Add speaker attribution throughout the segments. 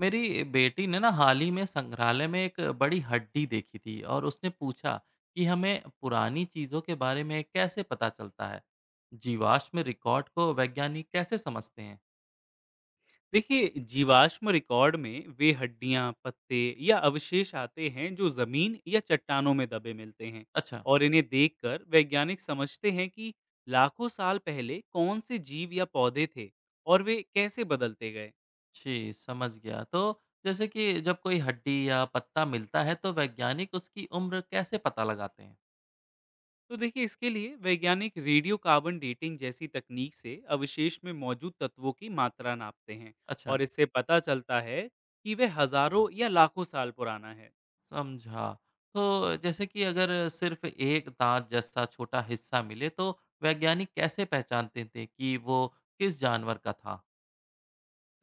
Speaker 1: मेरी बेटी ने ना हाल ही में संग्रहालय में एक बड़ी हड्डी देखी थी और उसने पूछा कि हमें पुरानी चीजों के बारे में कैसे पता चलता है। जीवाश्म रिकॉर्ड को वैज्ञानिक कैसे समझते हैं?
Speaker 2: देखिए जीवाश्म रिकॉर्ड में वे हड्डियां, पत्ते या अवशेष आते हैं जो जमीन या चट्टानों में दबे मिलते हैं।
Speaker 1: अच्छा।
Speaker 2: और इन्हें देखकर वैज्ञानिक समझते हैं कि लाखों साल पहले कौन से जीव या पौधे थे और वे कैसे बदलते गए।
Speaker 1: जी समझ गया। तो जैसे कि जब कोई हड्डी या पत्ता मिलता है तो वैज्ञानिक उसकी उम्र कैसे पता लगाते हैं?
Speaker 2: तो देखिए इसके लिए वैज्ञानिक रेडियो कार्बन डेटिंग जैसी तकनीक से अवशेष में मौजूद तत्वों की मात्रा नापते हैं।
Speaker 1: अच्छा।
Speaker 2: और इससे पता चलता है कि वे हजारों या लाखों साल पुराना है।
Speaker 1: समझा। तो जैसे कि अगर सिर्फ एक दांत जैसा छोटा हिस्सा मिले तो वैज्ञानिक कैसे पहचानते थे कि वो किस जानवर का था?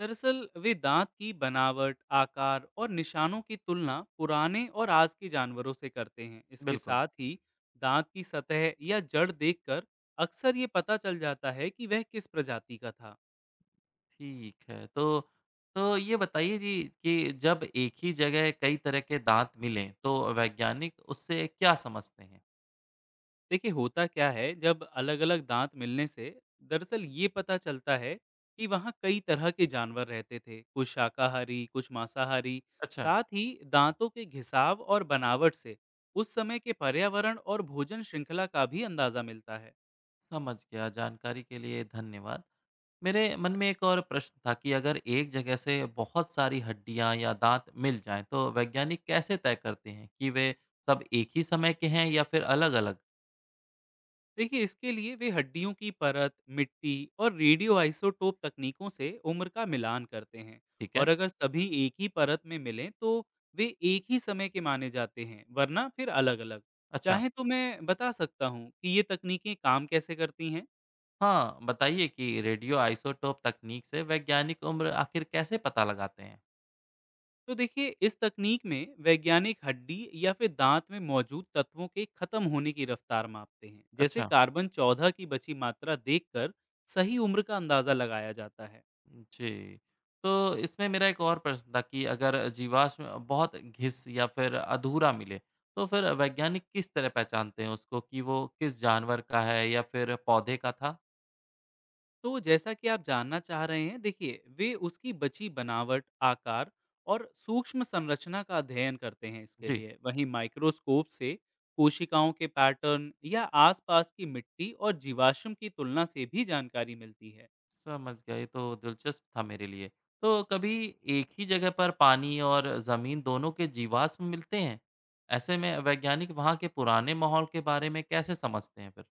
Speaker 2: दरअसल वे दांत की बनावट, आकार और निशानों की तुलना पुराने और आज के जानवरों से करते हैं। इसके
Speaker 1: बिल्कुल।
Speaker 2: साथ ही दांत की सतह या जड़ देखकर अक्सर ये पता चल जाता है कि वह किस प्रजाति का था।
Speaker 1: ठीक है। तो ये बताइए जी कि जब एक ही जगह कई तरह के दाँत मिलें, तो वैज्ञानिक उससे क्या समझते हैं?
Speaker 2: देखिए होता क्या है, जब अलग अलग दांत मिलने से दरअसल ये पता चलता है कि वहाँ कई तरह के जानवर रहते थे, कुछ शाकाहारी कुछ मांसाहारी।
Speaker 1: अच्छा।
Speaker 2: साथ ही दांतों के घिसाव और बनावट से उस समय के पर्यावरण और भोजन श्रृंखला का भी अंदाजा मिलता है।
Speaker 1: समझ गया। जानकारी के लिए धन्यवाद। मेरे मन में एक और प्रश्न था कि अगर एक जगह से बहुत सारी हड्डियाँ या दाँत मिल जाएँ, तो वैज्ञानिक कैसे तय करते हैं कि वे सब एक ही समय के हैं या फिर अलग-अलग?
Speaker 2: देखिए इसके लिए वे हड्डियों की परत, मिट्टी और रेडियो आइसोटोप तकनीकों से उम्र का मिलान करते हैं।
Speaker 1: ठीक है।
Speaker 2: और अगर सभी एक ही परत में मिलें तो वे एक ही समय के माने जाते हैं, वरना फिर अलग अलग।
Speaker 1: अच्छा।
Speaker 2: चाहे तो मैं बता सकता हूँ कि ये तकनीकें काम कैसे करती हैं।
Speaker 1: हाँ, बताइए कि रेडियो आइसोटोप तकनीक से वैज्ञानिक उम्र आखिर कैसे पता लगाते हैं?
Speaker 2: तो देखिए इस तकनीक में वैज्ञानिक हड्डी या फिर दांत में मौजूद तत्वों के खत्म होने की रफ्तार मापते हैं, जैसे
Speaker 1: अच्छा।
Speaker 2: कार्बन 14 की बची मात्रा देखकर सही उम्र का अंदाजा लगाया जाता है।
Speaker 1: जी। तो इसमें मेरा एक और प्रश्न था कि अगर जीवाश्म बहुत घिस या फिर अधूरा मिले, तो फिर वैज्ञानिक किस तरह पहचानते हैं उसको कि वो किस जानवर का है या फिर पौधे का था?
Speaker 2: तो जैसा कि आप जानना चाह रहे हैं, देखिए वे उसकी बची बनावट, आकार और सूक्ष्म संरचना का अध्ययन करते हैं इसके
Speaker 1: जी।
Speaker 2: लिए। वहीं माइक्रोस्कोप से कोशिकाओं के पैटर्न या आसपास की मिट्टी और जीवाश्म की तुलना से भी जानकारी मिलती है।
Speaker 1: समझ गया, ये तो दिलचस्प था मेरे लिए। तो कभी एक ही जगह पर पानी और ज़मीन दोनों के जीवाश्म मिलते हैं? ऐसे में वैज्ञानिक वहाँ के पुराने माहौल के बारे में कैसे समझते हैं फिर?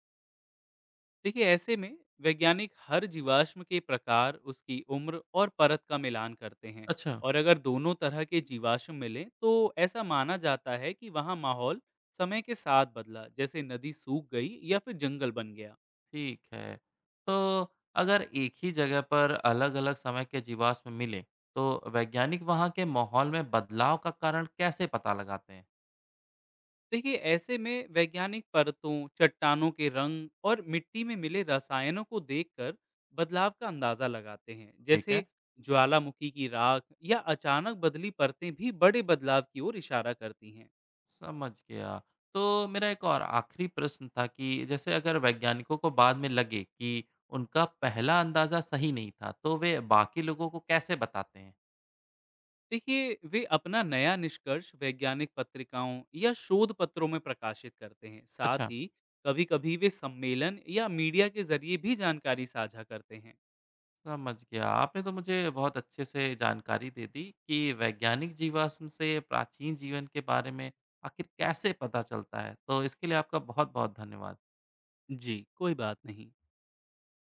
Speaker 2: देखिए ऐसे में वैज्ञानिक हर जीवाश्म के प्रकार, उसकी उम्र और परत का मिलान करते हैं।
Speaker 1: अच्छा।
Speaker 2: और अगर दोनों तरह के जीवाश्म मिले तो ऐसा माना जाता है कि वहाँ माहौल समय के साथ बदला, जैसे नदी सूख गई या फिर जंगल बन गया।
Speaker 1: ठीक है। तो अगर एक ही जगह पर अलग-अलग समय के जीवाश्म मिलें, तो वैज्ञानिक वहाँ के माहौल में बदलाव का कारण कैसे पता लगाते हैं?
Speaker 2: देखिए ऐसे में वैज्ञानिक परतों, चट्टानों के रंग और मिट्टी में मिले रसायनों को देखकर बदलाव का अंदाजा लगाते हैं।
Speaker 1: ठीक
Speaker 2: जैसे
Speaker 1: है,
Speaker 2: ज्वालामुखी की राख या अचानक बदली परतें भी बड़े बदलाव की ओर इशारा करती हैं।
Speaker 1: समझ गया। तो मेरा एक और आखिरी प्रश्न था कि जैसे अगर वैज्ञानिकों को बाद में लगे कि उनका पहला अंदाज़ा सही नहीं था, तो वे बाकी लोगों को कैसे बताते हैं?
Speaker 2: देखिए वे अपना नया निष्कर्ष वैज्ञानिक पत्रिकाओं या शोध पत्रों में प्रकाशित करते हैं। साथ
Speaker 1: अच्छा।
Speaker 2: ही कभी कभी वे सम्मेलन या मीडिया के जरिए भी जानकारी साझा करते हैं।
Speaker 1: समझ गया, आपने तो मुझे बहुत अच्छे से जानकारी दे दी कि वैज्ञानिक जीवाश्म से प्राचीन जीवन के बारे में आखिर कैसे पता चलता है। तो इसके लिए आपका बहुत बहुत धन्यवाद।
Speaker 2: जी कोई बात नहीं।